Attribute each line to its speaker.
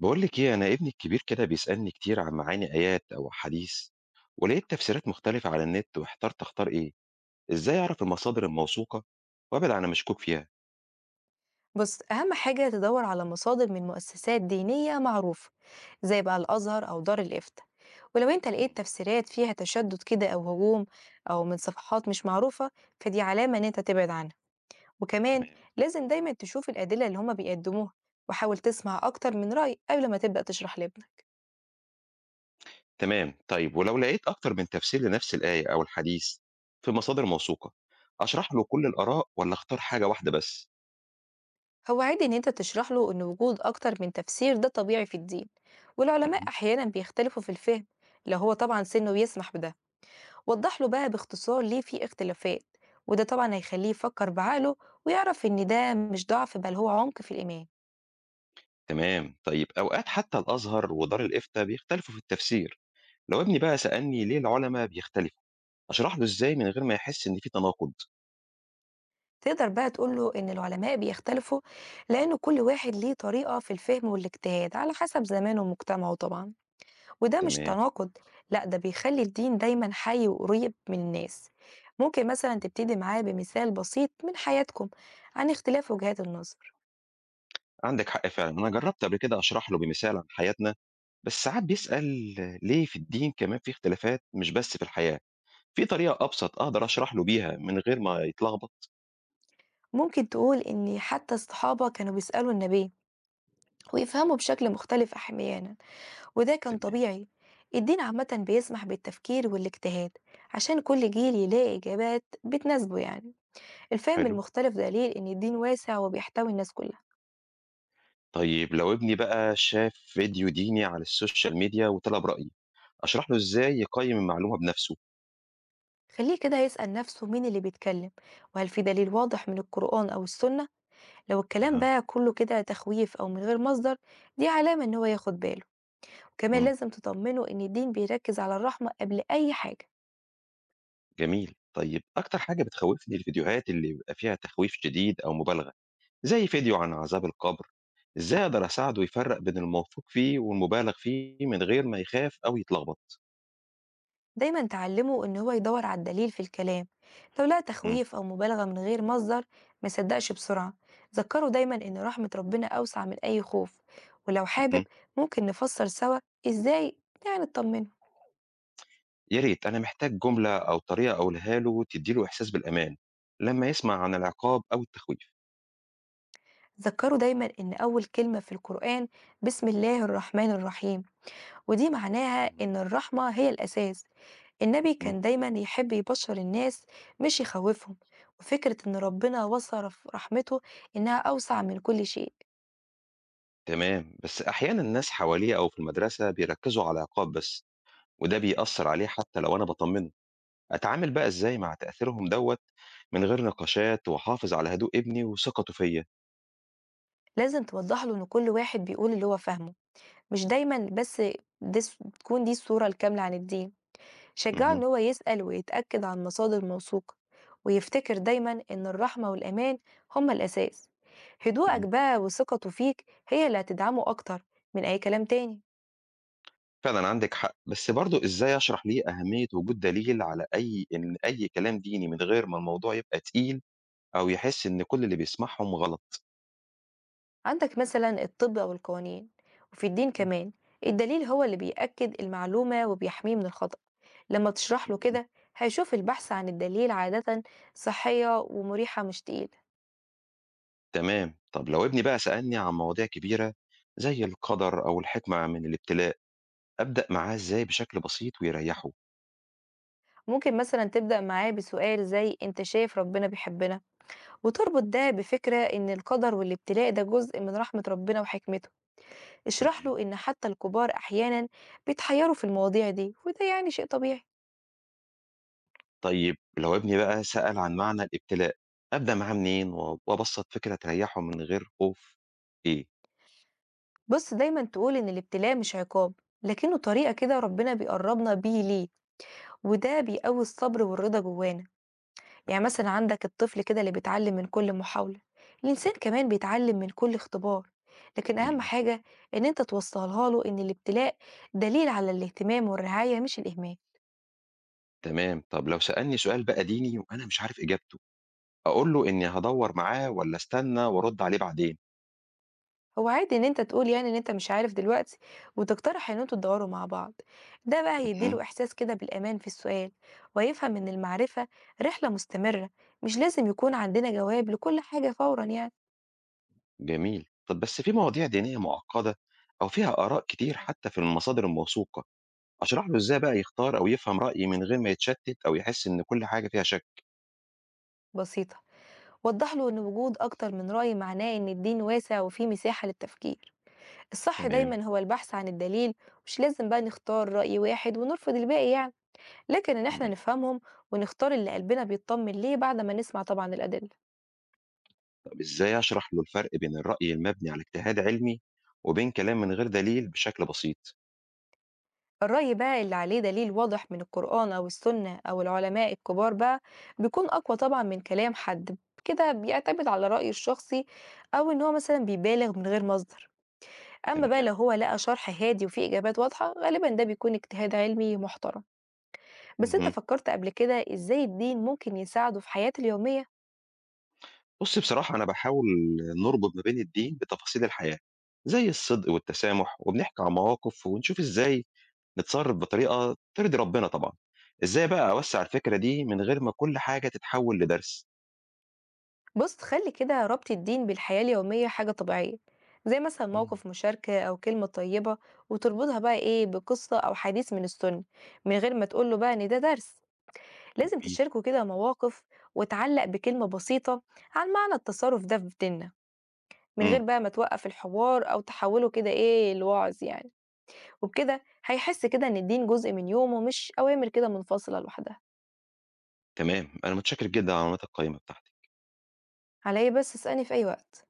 Speaker 1: بقول لك ايه، انا ابني الكبير كده بيسألني كتير عن معاني ايات او احاديث، ولقيت تفسيرات مختلفة على النت واحترت اختار ايه. ازاي اعرف المصادر الموثوقة وابعد عن مشكوك فيها؟
Speaker 2: بص، أهم حاجة تدور على مصادر من مؤسسات دينية معروفة، زي بقى الأزهر أو دار الإفتاء. ولو أنت لقيت
Speaker 1: مم،
Speaker 2: تفسيرات فيها تشدد كده أو هجوم، أو من صفحات مش معروفة، فدي علامة إن أنت تبعد عنها. وكمان
Speaker 1: تمام.
Speaker 2: لازم دايما تشوف الأدلة اللي هما بيقدموها، وحاول تسمع أكتر من رأي قبل ما تبدأ تشرح لابنك.
Speaker 1: تمام، طيب ولو لقيت اكتر من تفسير لنفس الآية او الحديث في مصادر موثوقة، اشرح له كل الآراء ولا اختار حاجة واحدة بس؟
Speaker 2: هو عادي إن أنت تشرح له إن وجود أكتر من تفسير ده طبيعي في الدين، والعلماء
Speaker 1: مم،
Speaker 2: أحيانا بيختلفوا في الفهم. لو هو طبعا سنه بيسمح بده، وضح له بقى باختصار ليه في اختلافات، وده طبعا هيخليه يفكر بعقله، ويعرف ان ده مش ضعف بل هو عمق في الإيمان.
Speaker 1: تمام. طيب اوقات حتى الازهر ودار الافتاء بيختلفوا في التفسير، لو ابني بقى سألني ليه العلماء بيختلفوا، اشرح له ازاي من غير ما يحس ان في تناقض؟
Speaker 2: تقدر بقى تقول له ان العلماء بيختلفوا لان كل واحد ليه طريقة في الفهم والاجتهاد على حسب زمانه ومجتمعه طبعا، وده مش
Speaker 1: تمام.
Speaker 2: تناقض. لا، ده بيخلي الدين دايما حي وقريب من الناس. ممكن مثلا تبتدي معاه بمثال بسيط من حياتكم عن اختلاف وجهات النظر.
Speaker 1: عندِك حق فعلًا، أنا جرّبت قبل كده أشرح له بمثال عن حياتنا، بس ساعات بيسأل: ليه في الدين كمان في اختلافات مش بس في الحياة؟ في طريقة أبسط أقدر أشرح له بيها من غير ما يتلخبط؟
Speaker 2: ممكن تقول ان حتى الصحابة كانوا بيسألوا النبي ويفهموا بشكل مختلف أحيانا، وده كان
Speaker 1: تمام.
Speaker 2: طبيعي. الدين عامة بيسمح بالتفكير والاجتهاد، عشان كل جيل يلاقي إجابات بتناسبه يعني. الفهم
Speaker 1: حلو.
Speaker 2: المختلف دليل إن الدين واسع وبيحتوي الناس كلها.
Speaker 1: طيب لو ابني بقى شاف فيديو ديني على السوشيال ميديا وطلب رأيي، أشرح له إزاي يقيّم المعلومة بنفسه؟
Speaker 2: خليه كده يسأل نفسه مين اللي بيتكلم، وهل في دليل واضح من القرآن أو السنة. لو الكلام
Speaker 1: أها.
Speaker 2: بقى كله كده تخويف أو من غير مصدر، دي علامة إن هو ياخد باله. وكمان
Speaker 1: إمم.
Speaker 2: لازم تطمنه إن الدين بيركز على الرحمة قبل أي حاجة.
Speaker 1: جميل. طيب أكتر حاجة بتخوّفني الفيديوهات اللي بيبقى فيها تخويف شديد أو مبالغة، زي فيديو عن عذاب القبر. إزاي أقدر أساعده يفرّق بين الموثوق فيه والمُبالغ فيه من غير ما يخاف أو يتلخبط؟
Speaker 2: دايما تعلمه إن هو يدور على الدليل في الكلام. لو لقى
Speaker 1: إمم.
Speaker 2: تخويف أو مبالغة من غير مصدر، ما يصدقش بسرعة. ذكره دايما إن رحمة ربنا أوسع من أي خوف. ولو حابب،
Speaker 1: اهم.
Speaker 2: ممكن نفسر سوا إزاي يعني تطمنه.
Speaker 1: يا ريت، أنا محتاج جملة أو طريقة أقولها له تدّي له إحساس بالأمان لمّا يسمع عن العقاب أو التخويف.
Speaker 2: ذكره دايما إن أول كلمة في القرآن بسم الله الرحمن الرحيم، ودي معناها
Speaker 1: إمم.
Speaker 2: إن الرحمة هي الأساس. النبي
Speaker 1: اهم.
Speaker 2: كان دايما يحب يبشر الناس، مش يخوفهم. وفكرة إن ربنا وصف رحمته إنها أوسع من كل شيء.
Speaker 1: تمام، بس أحيانًا الناس حواليه أو في المدرسة بيركّزوا على العقاب بس، وده بيأثّر عليه حتى لو أنا باطمّنه. أتعامل بقى إزاي مع تأثيرهم دوّة من غير نقاشات وأحافظ على هدوء ابني وثقته فيّا؟
Speaker 2: لازم توضّح له إن كل واحد بيقول اللي هو فاهمه، مش دايمًا بس دس تكون دي الصورة الكاملة عن الدين. شجّعه
Speaker 1: اهم.
Speaker 2: إن هو يسأل ويتأكد عن مصادر موثوقة، ويفتكر دايمًا إن الرحمة والأمان هُما الأساس. هدوءك
Speaker 1: اهم.
Speaker 2: بقى وثقته فيك هي اللي هتدعمه أكتر من أي كلام تاني.
Speaker 1: فعلًا عندِك حق، بس برضه إزاي أشرح ليه أهمية وجود دليل على أي إن أي كلام ديني من غير ما الموضوع يبقى تقيل أو يحس إن كل اللي بيسمعهم غلط؟
Speaker 2: عندك مثلًا الطب أو القوانين، وفي الدين
Speaker 1: إمم.
Speaker 2: كمان، الدليل هو اللي بيأكد المعلومة وبيحميه من الخطأ. لمّا تشرح له
Speaker 1: اهم.
Speaker 2: كده، هيشوف البحث عن الدليل عادةً صحية ومريحة، مش تقيلة.
Speaker 1: تمام، طب لو ابني بقى سألني عن مواضيع كبيرة زي القدر أو الحكمة من الابتلاء، أبدأ معاه إزاي بشكل بسيط ويريحه؟
Speaker 2: ممكن مثلا تبدأ معاه بسؤال زي أنت شايف ربنا بيحبنا، وتربط ده بفكرة إن القدر والابتلاء ده جزء من رحمة ربنا وحكمته. اشرح
Speaker 1: تمام.
Speaker 2: له إن حتى الكبار أحيانا بيتحيروا في المواضيع دي، وده يعني شيء طبيعي.
Speaker 1: طيب لو ابني بقى سأل عن معنى الابتلاء، أبدأ معاه منين و وأبسط فكرة تريحه من غير خوف إيه؟
Speaker 2: بص، دايما تقول إن الابتلاء مش عقاب، لكنه طريقة كده ربنا بيقربنا بيه ليه، وده بيقوي الصبر والرضا جوانا. يعني
Speaker 1: أها.
Speaker 2: مثلا عندك الطفل كده اللي بيتعلم من كل محاولة، الإنسان كمان بيتعلم من كل اختبار. لكن أهم
Speaker 1: إمم.
Speaker 2: حاجة إن أنت توصلها له إن الابتلاء دليل على الاهتمام والرعاية، مش الإهمال.
Speaker 1: تمام، طب لو سألني سؤال بقى ديني وأنا مش عارف إجابته، أقول له إني هادوّر معاه والّا أستنى وأرُد عليه بعدين؟
Speaker 2: هو عادي إن أنت تقول يعني إن أنت مش عارف دلوقتي، وتقترح إن أنتوا تدوروا مع بعض. ده بقى
Speaker 1: اهم.
Speaker 2: هيديله إحساس كده بالأمان في السؤال، ويفهم إن المعرفة رحلة مستمرة. مش لازم يكون عندنا جواب لكل حاجة فورا يعني.
Speaker 1: جميل. طَب بس في مواضيع دينية معقّدة أو فيها آراء كتير حتى في المصادر الموثوقة، أشرح له إزاي بقى يختار أو يفهم رأيي من غير ما يتشتّت أو يحس إن كل حاجة فيها شَك؟
Speaker 2: بسيطة، وضح له إن وجود أكتر من رأي معناه إن الدين واسع وفيه مساحة للتفكير. الصح
Speaker 1: تمام.
Speaker 2: دايما هو البحث عن الدليل. مش لازم بقى نختار رأي واحد ونرفض الباقي يعني، لكن ان احنا
Speaker 1: إمم.
Speaker 2: نفهمهم ونختار اللي قلبنا بيطمن ليه بعد ما نسمع طبعا الأدلة.
Speaker 1: طَب إزاي أشرح له الفرق بين الرأي المبني على اجتهاد علمي وبين كلام من غير دليل بشكل بسيط؟
Speaker 2: الرأي بقى اللي عليه دليل واضح من القرآن أو السنة أو العلماء الكبار بقى، بيكون أقوى طبعا من كلام حد كده بيعتمد على رأيه الشخصي، أو إن هو مثلا بيبالغ من غير مصدر. أما بقى لو
Speaker 1: تمام.
Speaker 2: هو لقى شرح هادي وفيه إجابات واضحة، غالبا ده بيكون اجتهاد علمي محترم. بس أنت
Speaker 1: اهم.
Speaker 2: فكرت قبل كده إزاي الدين ممكن يساعده في حياته اليومية؟
Speaker 1: بُصّ، بصراحة أنا باحاول نربط ما بين الدين بتفاصيل الحياة، زي الصدق والتسامح، وبنحكي عن مواقف ونشوف إزاي نتصرف بطريقة ترضي ربنا طبعًا. إزاي بقى أوسّع الفكرة دي من غير ما كل حاجة تتحول لدرس؟
Speaker 2: بص، خلي كده ربط الدين بالحياة اليومية حاجة طبيعية، زي مثلا
Speaker 1: إمم.
Speaker 2: موقف مشاركة أو كلمة طيبة، وتربطها بقى إيه بقصة أو حديث من السنة. من غير ما تقوله بقى إن ده درس لازم،
Speaker 1: جميل.
Speaker 2: تشاركوا كده مواقف وتعلق بكلمة بسيطة عن معنى التصرف ده في ديننا، من
Speaker 1: إمم.
Speaker 2: غير بقى ما توقف الحوار أو تحوله كده إيه لوعظ يعني. وبكده هيحس كده إن الدين جزء من يومه، مش أوامر كده منفصلة لوحدها.
Speaker 1: تمام. أنا متشكر جدًا على المعلومات القيّمة بتاعتك.
Speaker 2: عليا بس، اسألني في أي وقت.